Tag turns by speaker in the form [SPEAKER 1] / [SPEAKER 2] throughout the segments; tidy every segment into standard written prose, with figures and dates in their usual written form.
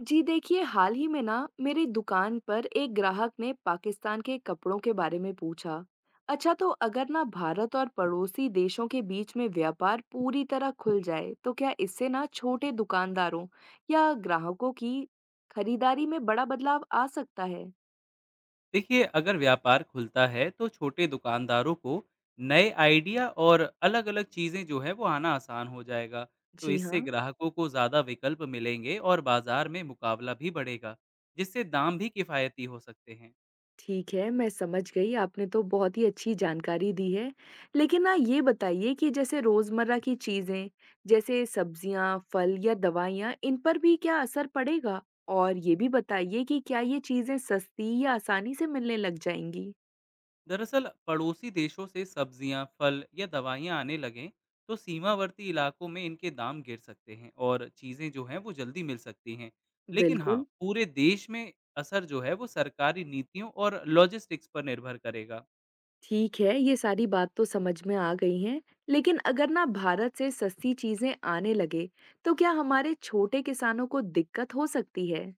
[SPEAKER 1] जी देखिए, हाल ही में ना मेरी दुकान पर एक ग्राहक ने पाकिस्तान के कपड़ों के बारे में पूछा। अच्छा तो अगर ना भारत और पड़ोसी देशों के बीच में व्यापार पूरी तरह खुल जाए, तो क्या इससे ना छोटे दुकानदारों या ग्राहकों की खरीदारी में बड़ा बदलाव आ सकता है?
[SPEAKER 2] देखिए, अगर व्यापार खुलता है तो छोटे दुकानदारों को नए आइडिया और अलग अलग चीज़ें जो है वो आना आसान हो जाएगा। तो
[SPEAKER 1] जी
[SPEAKER 2] इससे
[SPEAKER 1] हाँ।
[SPEAKER 2] ग्राहकों को ज़्यादा विकल्प मिलेंगे और बाज़ार में मुकाबला भी बढ़ेगा, जिससे दाम भी किफ़ायती हो सकते हैं।
[SPEAKER 1] ठीक है, मैं समझ गई, आपने तो बहुत ही अच्छी जानकारी दी है। लेकिन ना ये बताइए कि जैसे रोज़मर्रा की चीज़ें, जैसे सब्जियाँ, फल या दवाइयाँ, इन पर भी क्या असर पड़ेगा? और ये भी बताइए कि क्या ये चीज़ें सस्ती या आसानी से मिलने लग जाएँगी?
[SPEAKER 2] दरअसल, पड़ोसी देशों से सब्जियां, फल या दवाइयां आने लगें तो सीमावर्ती इलाकों में इनके दाम गिर सकते हैं और चीज़ें जो हैं वो जल्दी मिल सकती हैं। लेकिन हाँ,
[SPEAKER 1] बिल्कुल,
[SPEAKER 2] पूरे देश में असर जो है वो सरकारी नीतियों और लॉजिस्टिक्स पर निर्भर करेगा।
[SPEAKER 1] ठीक है, ये सारी बात तो समझ में आ गई हैं। लेकिन अगर ना भारत से सस्ती चीज़ें आने लगे, तो क्या हमारे छोटे किसानों को दिक्कत हो सकती है?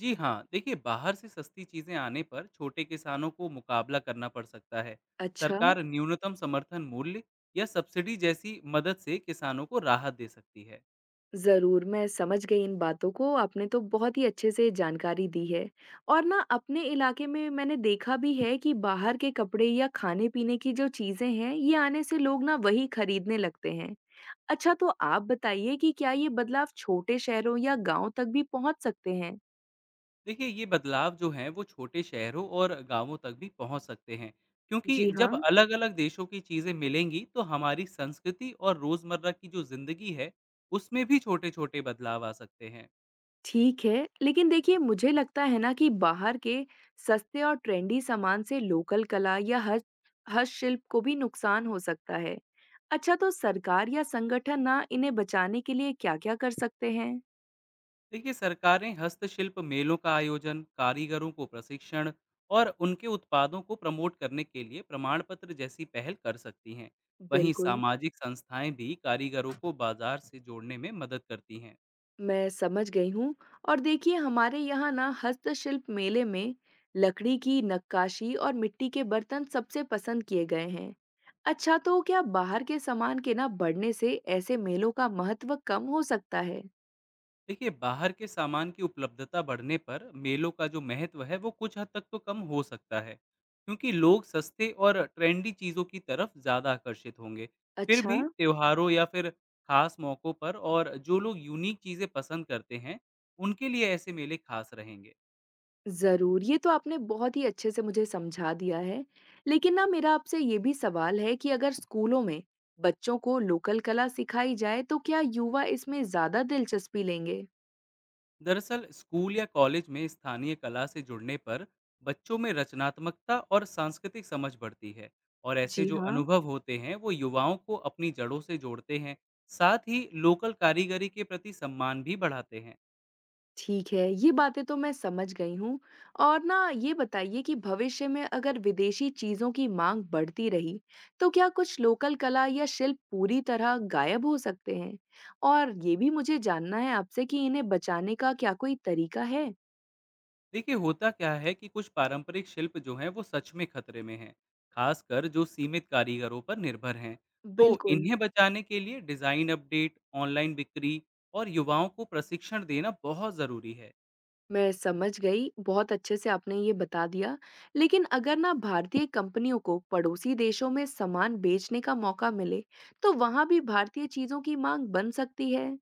[SPEAKER 2] जी हाँ, देखिए, बाहर से सस्ती चीजें आने पर छोटे किसानों को मुकाबला करना पड़ सकता है।
[SPEAKER 1] अच्छा।
[SPEAKER 2] सरकार न्यूनतम समर्थन मूल्य या सब्सिडी जैसी मदद से किसानों को राहत दे सकती है।
[SPEAKER 1] ज़रूर, मैं समझ गई इन बातों को, आपने तो बहुत ही अच्छे से जानकारी दी है। और ना अपने इलाके में मैंने देखा भी है कि बाहर के कपड़े या खाने-पीने की जो चीज़ें हैं, ये आने से लोग ना वही खरीदने लगते हैं। अच्छा तो आप बताइए कि क्या ये बदलाव छोटे शहरों या गाँव तक भी पहुँच सकते हैं?
[SPEAKER 2] देखिए, ये बदलाव जो हैं वो छोटे शहरों और गांवों तक भी पहुंच सकते हैं, क्योंकि
[SPEAKER 1] जी
[SPEAKER 2] जब
[SPEAKER 1] हाँ।
[SPEAKER 2] अलग अलग देशों की चीजें मिलेंगी तो हमारी संस्कृति और रोजमर्रा की जो जिंदगी है, उसमें भी छोटे छोटे बदलाव आ सकते हैं।
[SPEAKER 1] ठीक है, लेकिन देखिए मुझे लगता है ना कि बाहर के सस्ते और ट्रेंडी सामान से लोकल कला या हस्तशिल्प को भी नुकसान हो सकता है। अच्छा, तो सरकार या संगठन ना इन्हें बचाने के लिए क्या-क्या कर सकते हैं?
[SPEAKER 2] देखिए, सरकारें हस्तशिल्प मेलों का आयोजन, कारीगरों को प्रशिक्षण और उनके उत्पादों को प्रमोट करने के लिए प्रमाण पत्र जैसी पहल कर सकती हैं। वहीं
[SPEAKER 1] बिल्कुल,
[SPEAKER 2] सामाजिक संस्थाएं भी कारीगरों को बाजार से जोड़ने में मदद करती हैं।
[SPEAKER 1] मैं समझ गई हूँ और देखिए हमारे यहाँ ना हस्तशिल्प मेले में लकड़ी की नक्काशी और मिट्टी के बर्तन सबसे पसंद किए गए हैं। अच्छा, तो क्या बाहर के सामान के ना बढ़ने से ऐसे मेलों का महत्व कम हो सकता है?
[SPEAKER 2] देखिए, बाहर के सामान की उपलब्धता बढ़ने पर मेलों का जो महत्व है वो कुछ हद तक तो कम हो सकता है, क्योंकि लोग सस्ते और ट्रेंडी चीज़ों की तरफ ज़्यादा आकर्षित होंगे। फिर
[SPEAKER 1] अच्छा,
[SPEAKER 2] भी त्योहारों या फिर खास मौक़ों पर और जो लोग यूनिक चीज़ें पसंद करते हैं, उनके लिए ऐसे मेले खास रहेंगे।
[SPEAKER 1] ज़रूर। ये तो आपने बहुत ही अच्छे से मुझे समझा दिया है। लेकिन ना मेरा आपसे ये भी सवाल है कि अगर स्कूलों में बच्चों को लोकल कला सिखाई जाए तो क्या युवा इसमें ज़्यादा दिलचस्पी लेंगे?
[SPEAKER 2] दरअसल, स्कूल या कॉलेज में स्थानीय कला से जुड़ने पर बच्चों में रचनात्मकता और सांस्कृतिक समझ बढ़ती है, और ऐसे
[SPEAKER 1] जी
[SPEAKER 2] जो
[SPEAKER 1] हाँ,
[SPEAKER 2] अनुभव होते हैं वो युवाओं को अपनी जड़ों से जोड़ते हैं। साथ ही लोकल कारीगरी के प्रति सम्मान भी बढ़ाते हैं।
[SPEAKER 1] ठीक है। ये बातें तो मैं समझ गई हूँ। और ना ये बताइए कि भविष्य में अगर विदेशी चीज़ों की मांग बढ़ती रही, तो क्या कुछ लोकल कला या शिल्प पूरी तरह गायब हो सकते हैं? और ये भी मुझे जानना है आपसे कि इन्हें बचाने का क्या कोई तरीका है?
[SPEAKER 2] देखिए, होता क्या है कि कुछ पारंपरिक शिल्प जो हैं वो सच में खतरे में हैं, खासकर जो सीमित कारीगरों पर निर्भर हैं। तो
[SPEAKER 1] बिल्कुल,
[SPEAKER 2] इन्हें बचाने के लिए डिज़ाइन अपडेट, ऑनलाइन बिक्री और युवाओं को प्रशिक्षण देना बहुत ज़रूरी है।
[SPEAKER 1] मैं समझ गई। बहुत अच्छे से आपने ये बता दिया। लेकिन अगर ना भारतीय कंपनियों को पड़ोसी देशों में सामान बेचने का मौका मिले, तो वहाँ भी भारतीय चीज़ों की माँग बन सकती है?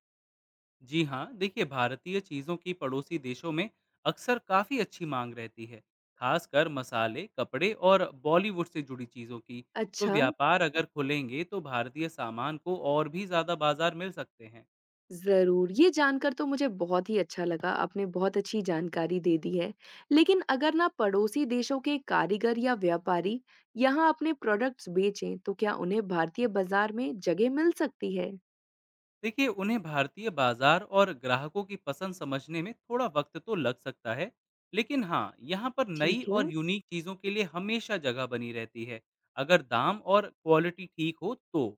[SPEAKER 2] जी हाँ, देखिए, भारतीय चीज़ों की पड़ोसी देशों में अक्सर काफ़ी अच्छी मांग रहती है, खासकर मसाले, कपड़े और बॉलीवुड से जुड़ी चीज़ों की। तो
[SPEAKER 1] अच्छा,
[SPEAKER 2] व्यापार अगर खुलेंगे तो भारतीय सामान को और भी ज़्यादा बाजार मिल सकते हैं।
[SPEAKER 1] ज़रूर। ये जानकर तो मुझे बहुत ही अच्छा लगा, आपने बहुत अच्छी जानकारी दे दी है। लेकिन अगर ना पड़ोसी देशों के कारीगर या व्यापारी यहाँ अपने प्रोडक्ट्स बेचें, तो क्या उन्हें भारतीय बाज़ार में जगह मिल सकती है?
[SPEAKER 2] देखिए, उन्हें भारतीय बाजार और ग्राहकों की पसंद समझने में थोड़ा वक्त तो लग सकता है, लेकिन हाँ, यहाँ पर नई
[SPEAKER 1] ठीक है।
[SPEAKER 2] और यूनिक चीज़ों के लिए हमेशा जगह बनी रहती है, अगर दाम और क्वालिटी ठीक हो तो।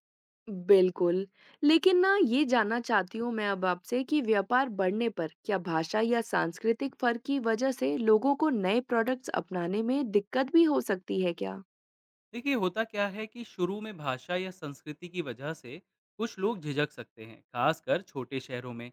[SPEAKER 1] बिल्कुल। लेकिन ना ये जानना चाहती हूँ मैं अब आपसे कि व्यापार बढ़ने पर क्या भाषा या सांस्कृतिक फ़र्क की वजह से लोगों को नए प्रोडक्ट्स अपनाने में दिक्कत भी हो सकती है क्या?
[SPEAKER 2] देखिए, होता क्या है कि शुरू में भाषा या संस्कृति की वजह से कुछ लोग झिझक सकते हैं, खासकर छोटे शहरों में।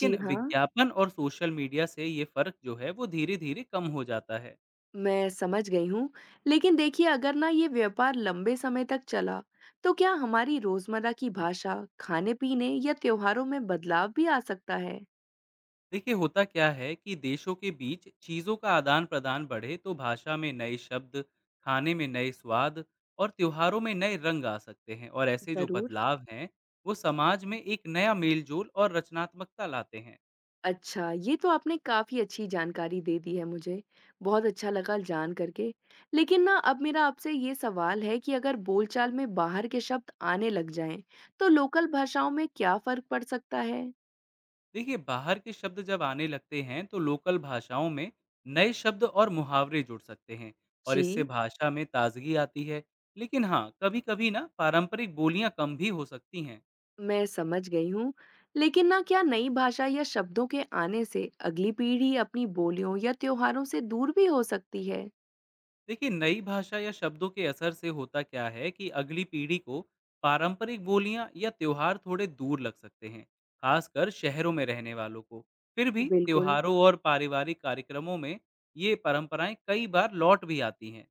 [SPEAKER 1] जी हाँ,
[SPEAKER 2] विज्ञापन और सोशल मीडिया से ये फर्क जो है वो धीरे धीरे कम हो जाता है।
[SPEAKER 1] मैं समझ गई हूँ। लेकिन देखिए अगर ना ये व्यापार लंबे समय तक चला, तो क्या हमारी रोज़मर्रा की भाषा, खाने-पीने या त्योहारों में बदलाव भी आ सकता है?
[SPEAKER 2] देखिए, होता क्या है कि देशों के बीच चीज़ों का आदान प्रदान बढ़े तो भाषा में नए शब्द, खाने में नए स्वाद और त्योहारों में नए रंग आ सकते हैं। और ऐसे जो
[SPEAKER 1] ज़रूर।
[SPEAKER 2] बदलाव हैं वो समाज में एक नया मेलजोल और रचनात्मकता लाते हैं।
[SPEAKER 1] अच्छा, ये तो आपने काफ़ी अच्छी जानकारी दे दी है मुझे, बहुत अच्छा लगा जान करके। लेकिन ना अब मेरा आपसे ये सवाल है कि अगर बोलचाल में बाहर के शब्द आने लग जाएँ, तो लोकल भाषाओं में क्या फ़र्क पड़ सकता है?
[SPEAKER 2] देखिए, बाहर के शब्द जब आने लगते हैं तो लोकल भाषाओं में नए शब्द और मुहावरे जुड़ सकते हैं, और इससे
[SPEAKER 1] जी।
[SPEAKER 2] भाषा में ताजगी आती है। लेकिन हाँ, कभी कभी ना पारंपरिक बोलियां कम भी हो सकती हैं।
[SPEAKER 1] मैं समझ गई हूँ, लेकिन ना क्या नई भाषा या शब्दों के आने से अगली पीढ़ी अपनी बोलियों या त्योहारों से दूर भी हो सकती है?
[SPEAKER 2] देखिए, नई भाषा या शब्दों के असर से होता क्या है कि अगली पीढ़ी को पारंपरिक बोलियां या त्योहार थोड़े दूर लग सकते हैं, खासकर शहरों में रहने वालों को। फिर भी
[SPEAKER 1] बिल्कुल।
[SPEAKER 2] त्योहारों और पारिवारिक कार्यक्रमों में ये परंपराएं कई बार लौट भी आती हैं।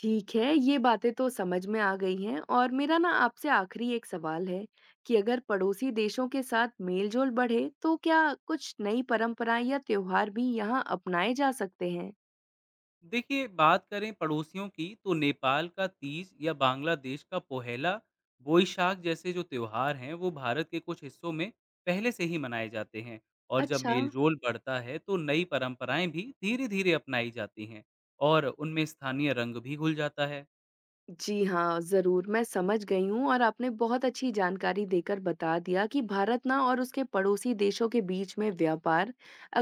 [SPEAKER 1] ठीक है, ये बातें तो समझ में आ गई हैं। और मेरा ना आपसे आखिरी एक सवाल है कि अगर पड़ोसी देशों के साथ मेलजोल बढ़े तो क्या कुछ नई परंपराएं या त्योहार भी यहाँ अपनाए जा सकते हैं?
[SPEAKER 2] देखिए, बात करें पड़ोसियों की तो नेपाल का तीज या बांग्लादेश का पोहेला बोईशाख जैसे जो त्योहार हैं वो भारत के कुछ हिस्सों में पहले से ही मनाए जाते हैं। और जब
[SPEAKER 1] अच्छा।
[SPEAKER 2] मेलजोल बढ़ता है तो नई परंपराएं भी धीरे धीरे अपनाई जाती हैं, और उनमें स्थानीय रंग भी घुल जाता है।
[SPEAKER 1] जी हाँ, जरूर, मैं समझ गई हूँ। और आपने बहुत अच्छी जानकारी देकर बता दिया कि भारत ना और उसके पड़ोसी देशों के बीच में व्यापार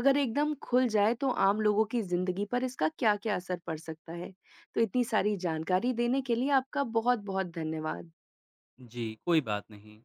[SPEAKER 1] अगर एकदम खुल जाए तो आम लोगों की जिंदगी पर इसका क्या क्या असर पड़ सकता है। तो इतनी सारी जानकारी देने के लिए आपका बहुत बहुत धन्यवाद।
[SPEAKER 2] जी, कोई बात नहीं।